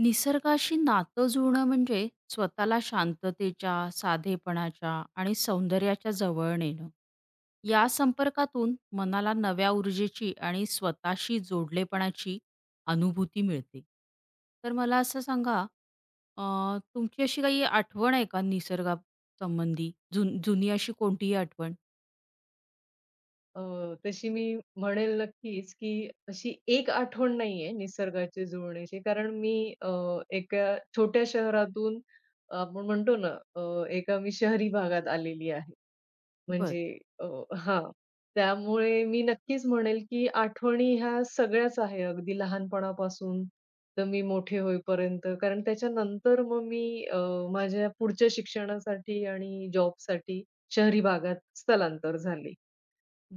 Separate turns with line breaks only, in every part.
निसर्गाशी नातं जुळणं म्हणजे स्वतःला शांततेच्या, साधेपणाच्या आणि सौंदर्याच्या जवळ नेणं. या संपर्कातून मनाला नव्या ऊर्जेची आणि स्वतःशी जोडलेपणाची अनुभूती मिळते. तर मला असं सांगा, अ, तुमची अशी काही आठवण आहे का निसर्गासंबंधी? जुनी अशी कोणतीही आठवण?
अ, तशी मी म्हणेल नक्कीच, की अशी एक आठवण नाहीये निसर्गाची जुळण्याची. कारण मी एका छोट्या शहरातून आपण म्हणतो ना, अ, एका मी शहरी भागात आलेली आहे.
बरं,
म्हणजे अ, हां. त्यामुळे मी नक्कीच म्हणेल, की आठवणी ह्या सगळ्याच आहे. अगदी लहानपणापासून तर मी मोठे होईपर्यंत. कारण त्याच्यानंतर मग मी माझ्या पुढच्या शिक्षणासाठी आणि जॉबसाठी शहरी भागात स्थलांतर झाले.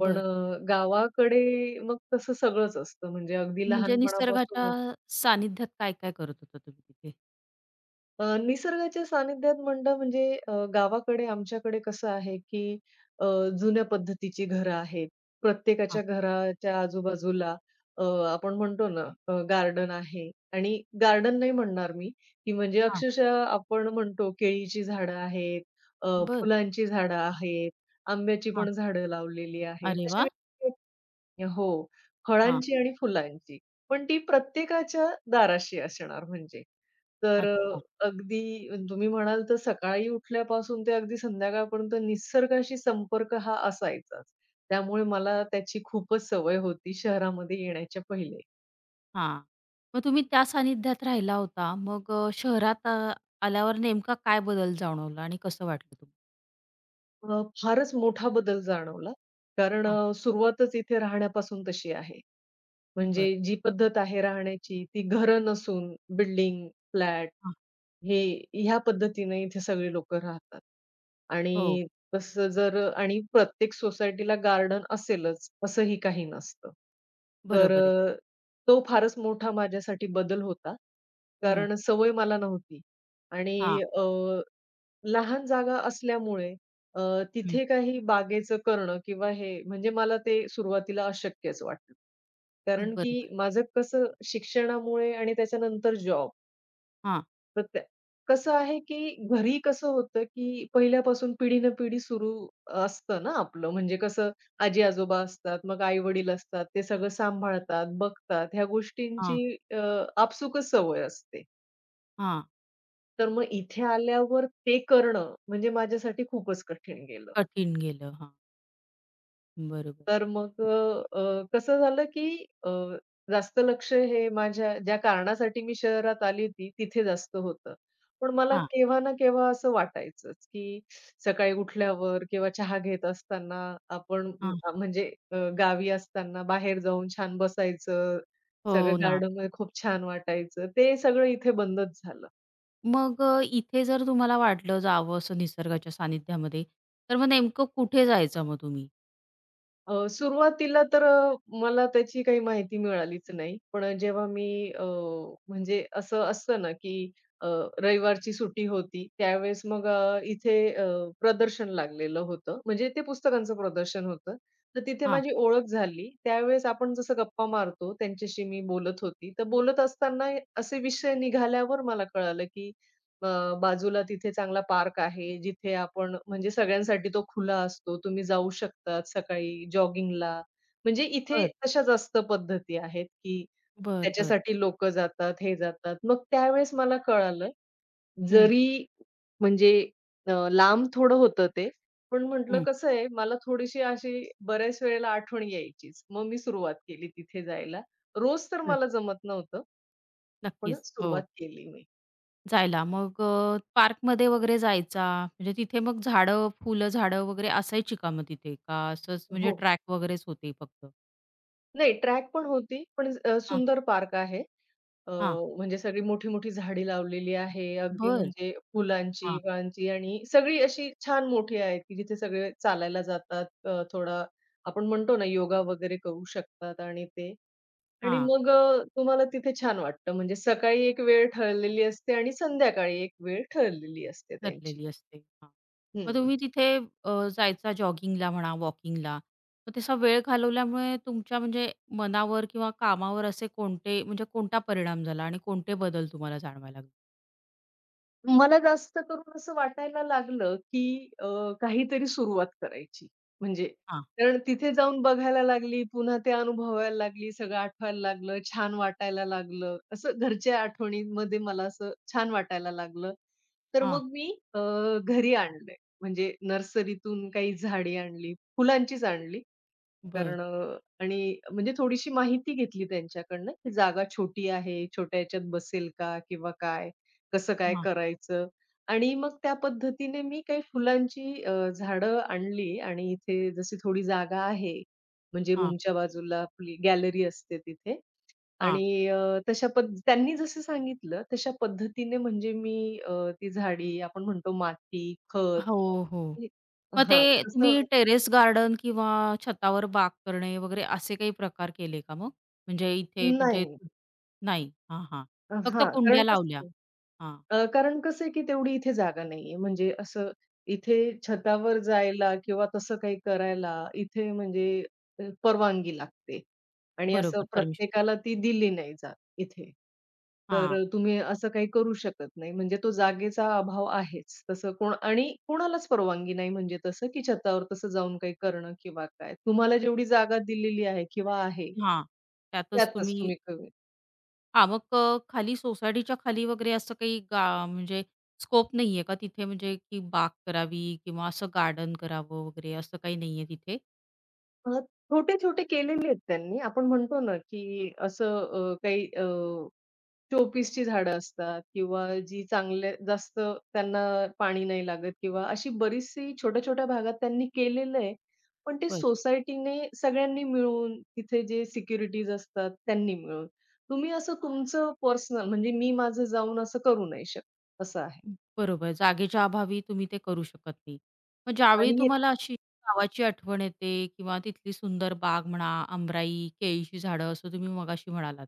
पण गावाकडे मग तसं सगळंच असतं म्हणजे अगदी
म्हणजे निसर्गाच्या
लहानपणापासूनच.
सानिध्यात काय-काय करत होता तुम्ही तिथे?
निसर्गाच्या सानिध्यात म्हणणं म्हणजे गावाकडे आमच्याकडे कसं आहे, की अ, जुन्या पद्धतीची घरं आहेत.
हां,
प्रत्येकाच्या घराच्या आजूबाजूला अ, आपण म्हणतो ना गार्डन आहे आणि गार्डन नाही म्हणणार मी, की म्हणजे
हां.
अक्षरशः आपण म्हणतो केळीची झाडं आहेत, अ,
बरं.
फुलांची झाडं आहेत, आंब्याची
हां.
पण झाडं लावलेली आहेत.
अरे
असे
वाह!
हो.
हां.
फळांची आणि फुलांची. पण ती प्रत्येकाच्या दाराशी असणार म्हणजे. तर
अच्छा.
अगदी तुम्ही म्हणाल तर सकाळी उठल्यापासून ते अगदी संध्याकाळपर्यंत निसर्गाशी संपर्क हा असायचाच. त्यामुळे मला त्याची खूपच सवय होती शहरामध्ये येण्याच्या पहिले.
हां. मग तुम्ही त्या सानिध्यात राहिला होता. मग शहरात आल्यावर नेमका काय बदल जाणवला आणि कसं वाटलं तुम्हाला?
फारच मोठा बदल जाणवला. कारण
हां,
सुरुवातच इथे राहण्यापासून तशी आहे. म्हणजे
बरं.
जी पद्धत आहे राहण्याची, ती घरं नसून बिल्डिंग, फ्लॅट
हां.
हे ह्या पद्धतीने इथे सगळी लोकं राहतात.
हो,
आणि तसं जर आणि प्रत्येक सोसायटीला गार्डन असेलच, असंही काही नसतं. तर
बरोबर आहे.
तो फारच मोठा माझ्यासाठी बदल होता.
हं.
कारण सवय मला नव्हती
हां.
आणि लहान जागा असल्यामुळे अ,
हं.
तिथे काही बागेचं करणं किंवा हे म्हणजे मला ते सुरुवातीला अशक्यच वाटलं. कारण की
बरोबर.
माझं कसं शिक्षणामुळे आणि त्याच्यानंतर जॉब
हां,
तर त्या कसं आहे की घरी कसं होतं की पहिल्यापासून पिढी न पिढी सुरू असतं ना आपलं. म्हणजे कसं आजी-आजोबा असतात, मग आई-वडील असतात. ते सगळं सांभाळतात, बघतात. ह्या
हां,
गोष्टींची अ, आपसुकच सवय असते.
हां.
तर मग इथे आल्यावर ते करणं म्हणजे माझ्यासाठी खूपच कठीण गेलं.
कठीण गेलं. हां, बरोबर.
तर मग अ, अ, कसं झालं, की अ, जास्त लक्ष हे माझ्या ज्या कारणासाठी मी शहरात आली होती, तिथे जास्त होतं. पण मला
हां,
केव्हा ना केव्हा असं वाटायचंच, की सकाळी उठल्यावर किंवा चहा घेत असताना आपण
हां.
म्हणजे गावी असताना बाहेर जाऊन छान बसायचं,
हो
सगळं
ना.
गार्डनमध्ये खूप छान वाटायचं. ते सगळं इथे बंदच झालं.
मग इथे जर तुम्हाला वाटलं जावं असं निसर्गाच्या सानिध्यामध्ये, तर मग नेमकं कुठे जायचं मग तुम्ही?
सुरुवातीला तर मला त्याची काही माहिती मिळालीच नाही. पण जेव्हा मी अ, म्हणजे असं असतं ना, की अ, रविवारची सुट्टी होती. त्यावेळेस मग इथे प्रदर्शन लागलेलं होतं. म्हणजे ते पुस्तकांचं प्रदर्शन होतं. तर तिथे
हां.
माझी ओळख झाली. त्यावेळेस आपण जसं गप्पा मारतो, त्यांच्याशी मी बोलत होती. तर बोलत असताना असे विषय निघाल्यावर मला कळालं, की अ, बाजूला तिथे चांगला पार्क आहे, जिथे आपण म्हणजे सगळ्यांसाठी तो खुला असतो. तुम्ही जाऊ शकतात सकाळी जॉगिंगला. म्हणजे इथे
बरं,
तशा जास्त पद्धती आहेत, की
बरं, बरं.
त्याच्यासाठी लोक जातात, हे जातात. मग त्यावेळेस मला कळालं,
हं,
जरी म्हणजे लांब थोडं होतं ते, पण म्हटलं
हं.
कसं आहे, मला थोडीशी अशी बऱ्याच वेळेला आठवण यायचीच. मग मी सुरुवात केली तिथे जायला. रोज तर
बरं.
मला जमत नव्हतं, पण
नक्कीच. हो.
सुरुवात केली मी.
जायला. मग पार्कमध्ये वगैरे जायचा, म्हणजे तिथे मग झाडं, फुलं, झाडं वगैरे असायची का मग तिथे? का असंच म्हणजे
हो.
ट्रॅक वगैरेच होते फक्त?
नाही ट्रॅक पण होती, पण
हां,
सुंदर पार्क आहे. अ,
हां.
म्हणजे सगळी मोठी-मोठी झाडी लावलेली आहे. अगदी
बरं.
म्हणजे फुलांची,
हां,
फळांची आणि सगळी अशी छान मोठी आहे, की जिथे सगळे चालायला जातात. थोडा आपण म्हणतो ना योगा वगैरे करू शकतात आणि ते आणि
हां.
मग तुम्हाला तिथे छान वाटतं. म्हणजे सकाळी एक वेळ ठरलेली असते आणि संध्याकाळी एक वेळ ठरलेली असते त्यांची.
ठरलेली असते. हां. मग
हं.
तुम्ही तिथे जायचा जॉगिंगला म्हणा, वॉकिंगला. मग तसा वेळ घालवल्यामुळे तुमच्या म्हणजे मनावर किंवा कामावर असे कोणते म्हणजे कोणता परिणाम झाला आणि कोणते बदल तुम्हाला जाणवायला लागले?
मला जास्त करून असं वाटायला लागलं, की काहीतरी सुरुवात करायची. म्हणजे
हां,
कारण तिथे जाऊन बघायला लागली, पुन्हा ते अनुभवायला लागली, सगळं आठवायला लागलं, छान वाटायला लागलं. असं घरच्या आठवणींमध्ये मला असं छान वाटायला लागलं. तर
हां.
मग मी अ, घरी आणलंय. म्हणजे नर्सरीतून काही झाडी आणली, फुलांचीच आणली.
बरं.
कारण आणि म्हणजे थोडीशी माहिती घेतली त्यांच्याकडनं, की जागा छोटी आहे, छोट्या ह्याच्यात बसेल का किंवा काय, कसं काय
हां,
करायचं? आणि मग त्या पद्धतीने मी काही फुलांची झाडं आणली आणि इथे जशी थोडी जागा आहे, म्हणजे
हां,
रूमच्या बाजूला आपली गॅलरी असते तिथे
हां.
आणि तशा त्यांनी जसं सांगितलं तशा पद्धतीने म्हणजे मी ती झाडी आपण म्हणतो माती, खत
हो, हो.
हे
मग ते
हां, तसं
तुम्ही टेरेस गार्डन किंवा छतावर बाग करणे वगैरे असे काही प्रकार केले का मग? म्हणजे इथे म्हणजे
नाही.
नाही. हां, हां. फक्त
हां, कारण
कुंड्या लावल्या.
कसं
हां,
कारण कसं आहे, की तेवढी इथे जागा नाहीये. म्हणजे असं इथे छतावर जायला किंवा तसं काही करायला इथे म्हणजे परवानगी लागते आणि असं
बरोबर परमिशन.
प्रत्येकाला ती दिली नाही जात इथे. तर
हां,
तुम्ही असं काही करू शकत नाही. म्हणजे तो जागेचा अभाव आहेच. तसं कोण आणि कोणालाच परवानगी नाही म्हणजे तसं, की छतावर तसं जाऊन काही करणं किंवा काय. तुम्हाला जेवढी जागा दिलेली आहे किंवा आहे
हां. त्यातच
त्यातच
तुम्ही
तुम्ही
हां, मग खाली सोसायटीच्या खाली वगैरे असं काही म्हणजे स्कोप नाहीये का तिथे म्हणजे की बाग करावी किंवा असं गार्डन करावं वगैरे असं काही नाहीये तिथे?
अ, छोटे-छोटे केलेले आहेत त्यांनी. आपण म्हणतो ना, की असं शोपीसची झाडं असतात किंवा जी चांगले जास्त त्यांना पाणी नाही लागत किंवा अशी बरीचशी छोट्या-छोट्या भागात त्यांनी केलेलं आहे. पण ते सोसायटीने सगळ्यांनी मिळून तिथे जे सिक्युरिटीज असतात त्यांनी मिळून. तुम्ही असं तुमचं पर्सनल म्हणजे मी माझं जाऊन असं करू नाही शकत, असं आहे.
बरोबर. जागेच्या अभावी तुम्ही ते करू शकत नाही. मग ज्यावेळी
आणि हे-
तुम्हाला अशी गावाची आठवण येते किंवा तिथली सुंदर बाग म्हणा, आमराई, केळीची झाडं असं तुम्ही मगाशी म्हणालात.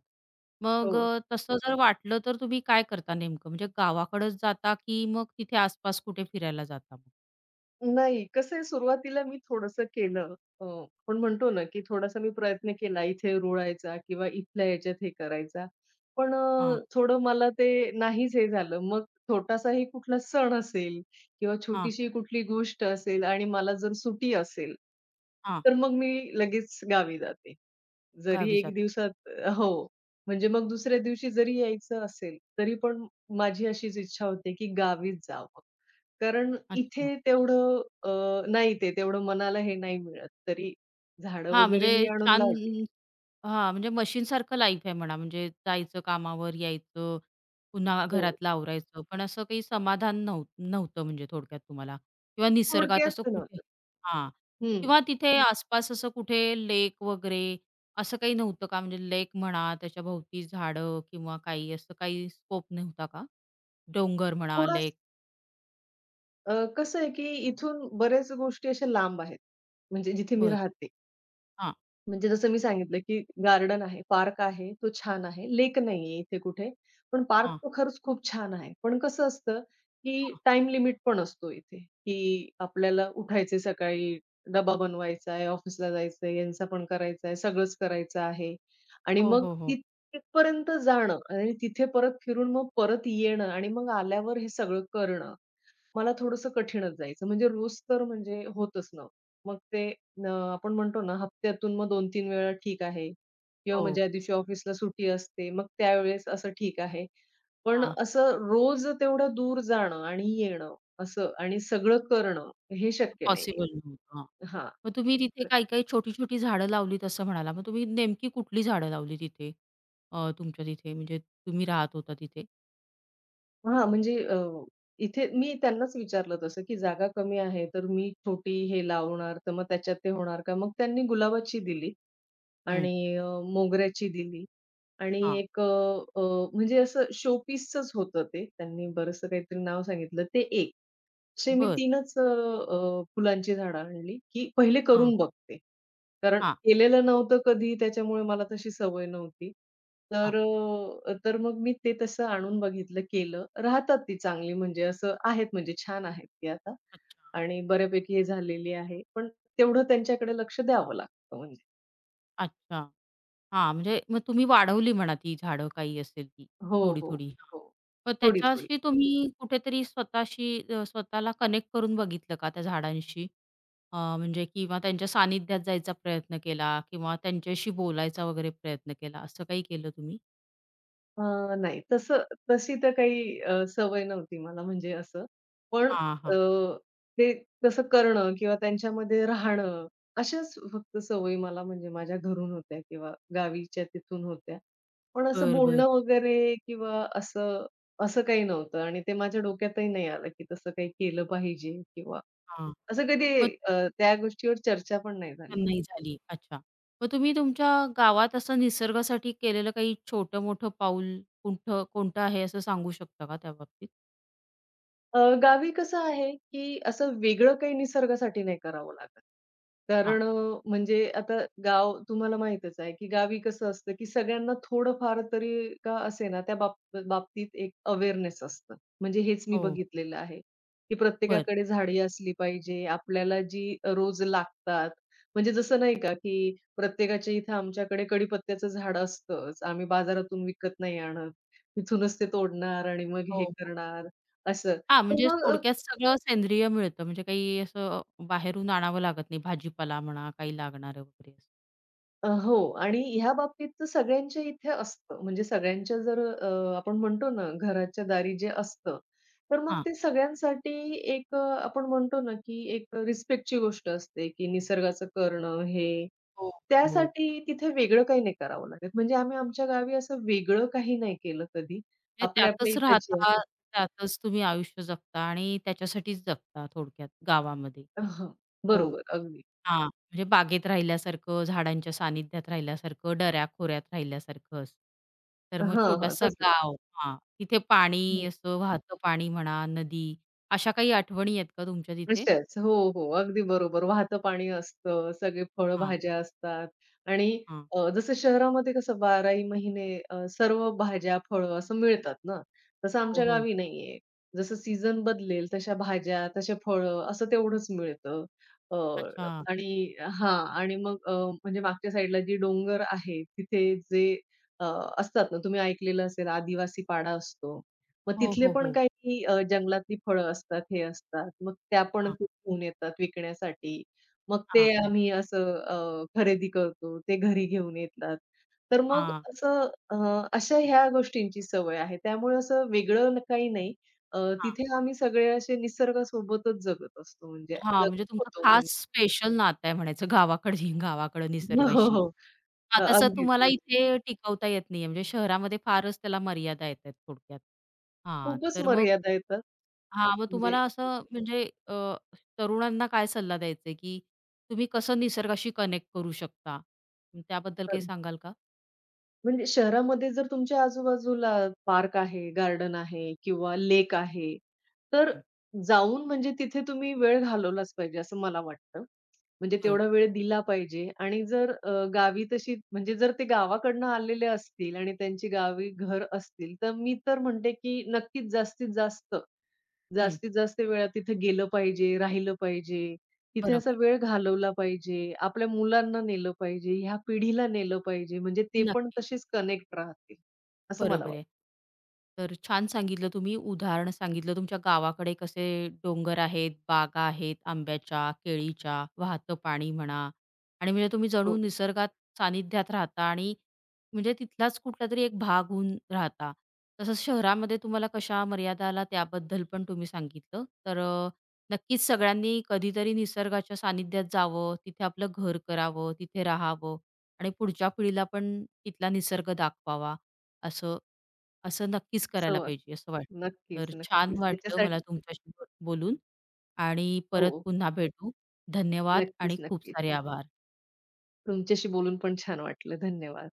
मग
हो.
तसं जर वाटलं तर तुम्ही काय करता नेमकं? म्हणजे गावाकडेच जाता की मग तिथे आसपास कुठे फिरायला जाता मग?
नाही, कसं आहे सुरुवातीला मी थोडंसं केलं. आपण म्हणतो ना, की थोडासा मी प्रयत्न केला इथे रुळायचा किंवा इथल्या याच्यात हे करायचा. पण
हां,
थोडं मला ते नाहीच हे झालं. मग छोटासाही कुठला सण असेल किंवा
हां,
छोटीशी कुठली गोष्ट असेल आणि मला जर सुटी असेल,
हां.
तर मग मी लगेच गावी जाते. जरी
गावी
1
जाता.
दिवसात हो, म्हणजे मग दुसऱ्या दिवशी जरी यायचं असेल, तरी पण माझी अशीच इच्छा होते, की गावीच जावं. कारण
अच्छा.
इथे तेवढं नाही ते तेवढं मनाला हे नाही मिळत. तरी झाडं
हा,
वगैरे मी
म्हणजे
आणून
छान
लावली.
हां, म्हणजे मशीनसारखं लाईफ आहे म्हणा. म्हणजे जायचं कामावर, यायचं, पुन्हा
हो,
घरातलं आवरायचं. पण असं काही समाधान नव्हतं म्हणजे थोडक्यात तुम्हाला किंवा निसर्गात
थोडक्यात
असं कुठे
बनवतात.
हां.
हं.
किंवा तिथे आसपास असं कुठे लेक वगैरे असं काही नव्हतं का? म्हणजे लेक म्हणा, त्याच्या भोवती झाडं किंवा काही असं काही स्कोप नव्हता का? डोंगर म्हणा,
थोडं
लेक.
कसं आहे की इथून बऱ्याच गोष्टी अशा लांब आहेत. म्हणजे जिथे मी
बरं.
राहते.
हां,
म्हणजे जसं मी सांगितलं, की गार्डन आहे, पार्क आहे, तो छान आहे. लेक नाहीये इथे कुठे, पण पार्क
हां,
तो खरंच खूप छान आहे. पण कसं असतं, की
हां.
टाइम लिमिट पण असतो इथे, की आपल्याला उठायचंय सकाळी, डबा बनवायचा आहे, ऑफिसला जायचं आहे, यांचा पण करायचा आहे, सगळंच करायचं आहे. आणि
हो,
मग
हो, हो.
तिथपर्यंत जाणं आणि तिथे परत फिरून मग परत येणं आणि मग आल्यावर हे सगळं करणं. मला थोडंसं कठीणच जायचं. म्हणजे रोज तर म्हणजे होतच ना मग ते आपण म्हणतो ना हप्त्यातून मग 2-3 वेळा ठीक आहे किंवा
हो.
मग ज्या दिवशी ऑफिसला सुट्टी असते, मग त्यावेळेस असं ठीक आहे. पण
हां.
असं रोज तेवढं दूर जाणं आणि येणं असं आणि सगळं करणं हे शक्य नाहीये.
पॉसिबल नव्हतं. हां.
हां.
मग तुम्ही तिथे काही-काही छोटी-छोटी झाडं लावलीत असं म्हणाला. मग तुम्ही नेमकी कुठली झाडं लावली तिथे? तुमच्या तिथे म्हणजे तुम्ही राहत होता तिथे?
हां, म्हणजे इथे मी त्यांनाच विचारलं तसं, की "जागा कमी आहे, तर मी छोटी हे लावणार, तर मग त्याच्यात ते होणार का?" मग त्यांनी गुलाबाची दिली.
हं.
आणि मोगऱ्याची दिली आणि
हां.
एक अ, अ, म्हणजे असं शोपीसचंच होतं ते. त्यांनी बरचसं काहीतरी नाव सांगितलं ते एक. असे मी
बरं.
3च अ, अ, फुलांची झाडं आणली, की पहिले
हां,
करून बघते. कारण
हां,
केलेलं नव्हतं कधी त्याच्यामुळे मला तशी सवय नव्हती.
हां.
तर तर मग मी ते तसं आणून बघितलं, केलं. राहतात ती चांगली म्हणजे असं आहेत म्हणजे छान आहेत ती आता
अच्छा,
आणि बऱ्यापैकी हे झालेली आहे. पण तेवढं त्यांच्याकडे लक्ष द्यावं लागतं म्हणजे.
अच्छा. हा, म्हणजे मग तुम्ही वाढवली म्हणा ती झाडं काही असेल ती
हो, हो,
थोडी-थोडी. हां.
हो.
मग
थोडी-थोडी.
त्याच्याशी तुम्ही कुठेतरी स्वतःशी स्वतःला कनेक्ट करून बघितलं का त्या झाडांशी? म्हणजे किंवा त्यांच्या सानिध्यात जायचा प्रयत्न केला किंवा त्यांच्याशी बोलायचा वगैरे प्रयत्न केला, असं काही केलं तुम्ही?
अ, नाही तसं तशी तर काही सवय नव्हती मला म्हणजे असं. पण
हां, हा
ते तसं करणं किंवा त्यांच्यामध्ये राहणं अशाच फक्त सवयी मला म्हणजे माझ्या घरून होत्या किंवा गावीच्या तिथून होत्या. पण असं
बरं, बरं.
बोलणं वगैरे किंवा असं असं काही नव्हतं आणि ते माझ्या डोक्यातही नाही आलं, की तसं काही केलं पाहिजे किंवा
हां.
असं कधी
मग
त्या गोष्टीवर चर्चा पण नाही झाली.
नाही झाली. अच्छा. मग तुम्ही तुमच्या गावात असं निसर्गासाठी केलेलं काही छोटं-मोठं पाऊल कुठं कोणतं आहे असं सांगू शकता का त्या बाबतीत?
गावी कसं आहे, की असं वेगळं काही निसर्गासाठी नाही करावं लागत.
हां.
कारण म्हणजे आता गाव तुम्हाला माहीतच आहे, की गावी कसं असतं, की सगळ्यांना थोडंफार तरी का असे ना त्या बाबतीत एक अवेअरनेस असतं. म्हणजे हेच मी
हो.
बघितलेलं आहे, की
बरं.
प्रत्येकाकडे झाडी असली पाहिजे. आपल्याला जी रोज लागतात. म्हणजे जसं नाही का, की प्रत्येकाच्या इथं आमच्याकडे कडीपत्त्याचं झाड असतंच. आम्ही बाजारातून विकत नाही आणत. तिथूनच ते तोडणार आणि मग
हो,
हे
हो.
करणार असं.
हां,
तर
म्हणजे
मग अ,
थोडक्यात सगळं सेंद्रिय मिळतं. म्हणजे काही असं बाहेरून आणावं लागत नाही. भाजीपाला म्हणा, काही लागणारं वगैरे असं.
अ, हो आणि ह्या बाबतीत तर सगळ्यांच्या इथे असतं. म्हणजे सगळ्यांच्या जर आपण म्हणतो ना, घराच्या दारी जे असतं, तर मग
हां.
ते सगळ्यांसाठी एक आपण म्हणतो ना, की एक रिस्पेक्टची गोष्ट असते, की निसर्गाचं करणं हे.
हो, हो.
त्यासाठी तिथे वेगळं काही नाही करावं लागत. म्हणजे आम्ही आमच्या गावी असं वेगळं काही नाही केलं कधी.
म्हणजे
आपल्या आपल्या
त्यातच
इथं जे
राहता,
आहे.
त्यातच तुम्ही आयुष्य जगता आणि त्याच्यासाठीच जगता थोडक्यात गावामध्ये.
हां,
हो.
बरोबर. अगदी.
हां, म्हणजे बागेत राहिल्यासारखं, झाडांच्या सानिध्यात राहिल्यासारखं, दऱ्याखोऱ्यात राहिल्यासारखं असं. तर मग
हां, हां.
छोटासा
तसं.
गाव हां, तिथे पाणी असं वाहतं पाणी म्हणा, नदी, अशा काही आठवणी आहेत का तुमच्या तिथे?
अशाच. हो, हो. अगदी बरोबर. वाहतं पाणी असतं, सगळे
हां,
फळभाज्या असतात आणि
हां.
जसं शहरामध्ये कसं 12ही महिने सर्व भाज्या, फळं असं मिळतात ना, तसं
हो,
आमच्या
हो.
गावी नाहीये. जसं सीझन बदलेल तशा भाज्या, तशा फळं असं तेवढंच मिळतं. अ,
अच्छा.
आणि हां आणि मग म्हणजे मागच्या साईडला जी डोंगर आहे, तिथे जे अ, असतात ना, तुम्ही ऐकलेलं असेल आदिवासी पाडा असतो. मग
हो,
तिथले
हो,
पण
हो.
काही जंगलातली फळं असतात, हे असतात. मग त्या पण
हां,
ते घेऊन येतात विकण्यासाठी. मग ते
हां,
आम्ही असं खरेदी करतो. ते घरी घेऊन येतात. तर मग
हां,
असं अशा ह्या गोष्टींची सवय आहे. त्यामुळे असं वेगळं काही नाही. अ,
हां.
तिथे आम्ही सगळे असे निसर्गासोबतच जगत असतो म्हणजे
हां, म्हणजे
जगत
तुमचं
होतो
खास
म्हणजे
स्पेशल नातं आहे म्हणायचं गावाकडं
हो, हो,
निसर्गाशी.
हो.
हां, तसं
अगदीच
तुम्हाला
म्हणजे
इथे टिकवता येत नाहीये म्हणजे शहरामध्ये फारच त्याला मर्यादा येतायत थोडक्यात. हां,
खूपच
तर मग
मर्यादा येतात
हां, मग
म्हणजे
तुम्हाला असं म्हणजे तरुणांना काय सल्ला द्यायचा आहे, की तुम्ही कसं निसर्गाशी कनेक्ट करू शकता? त्याबद्दल काही सांगाल का?
म्हणजे शहरामध्ये जर तुमच्या आजूबाजूला पार्क आहे, गार्डन आहे किंवा लेक आहे, तर
हं,
जाऊन म्हणजे तिथे तुम्ही वेळ घालवलाच पाहिजे असं मला वाटतं. म्हणजे
बरं.
तेवढा वेळ दिला पाहिजे आणि जर गावी तशी म्हणजे जर ते गावाकडनं आलेले असतील आणि त्यांची गावी घर असतील, तर मी तर म्हणते की नक्कीच जास्तीत जास्त
हं,
जास्तीत जास्त वेळा तिथे गेलं पाहिजे, राहिलं पाहिजे. तिथे असा
बरोबर.
वेळ घालवला पाहिजे. आपल्या मुलांना नेलं पाहिजे, ह्या पिढीला नेलं पाहिजे. म्हणजे ते पण
नक्की.
तसेच कनेक्ट राहतील, असं मला
बरोबर
वाटतं.
आहे. तर छान सांगितलं तुम्ही, उदाहरण सांगितलं तुमच्या गावाकडे कसे डोंगर आहेत, बागा आहेत, आंब्याच्या, केळीच्या, वाहतं पाणी म्हणा आणि म्हणजे तुम्ही जणू
हो,
निसर्गात सानिध्यात राहता आणि म्हणजे तिथलाच कुठलातरी एक भाग होऊन राहता. तसंच शहरामध्ये तुम्हाला कशा मर्यादा आला त्याबद्दल पण तुम्ही सांगितलं. तर नक्कीच सगळ्यांनी कधीतरी निसर्गाच्या सानिध्यात जावं, तिथे आपलं घर करावं, तिथे राहावं आणि पुढच्या पिढीला पण तिथला निसर्ग दाखवावा असं असं नक्कीच करायला
संवाद.
पाहिजे असं वाटतं.
नक्कीच,
तर छान
नक्कीच.
वाटलं
त्याच्यासाठी
मला तुमच्याशी बोलून आणि परत
हो,
पुन्हा भेटू. धन्यवाद
नक्कीच,
आणि खूप
नक्कीच.
सारे आभार.
तुमच्याशी बोलून पण छान वाटलं. धन्यवाद.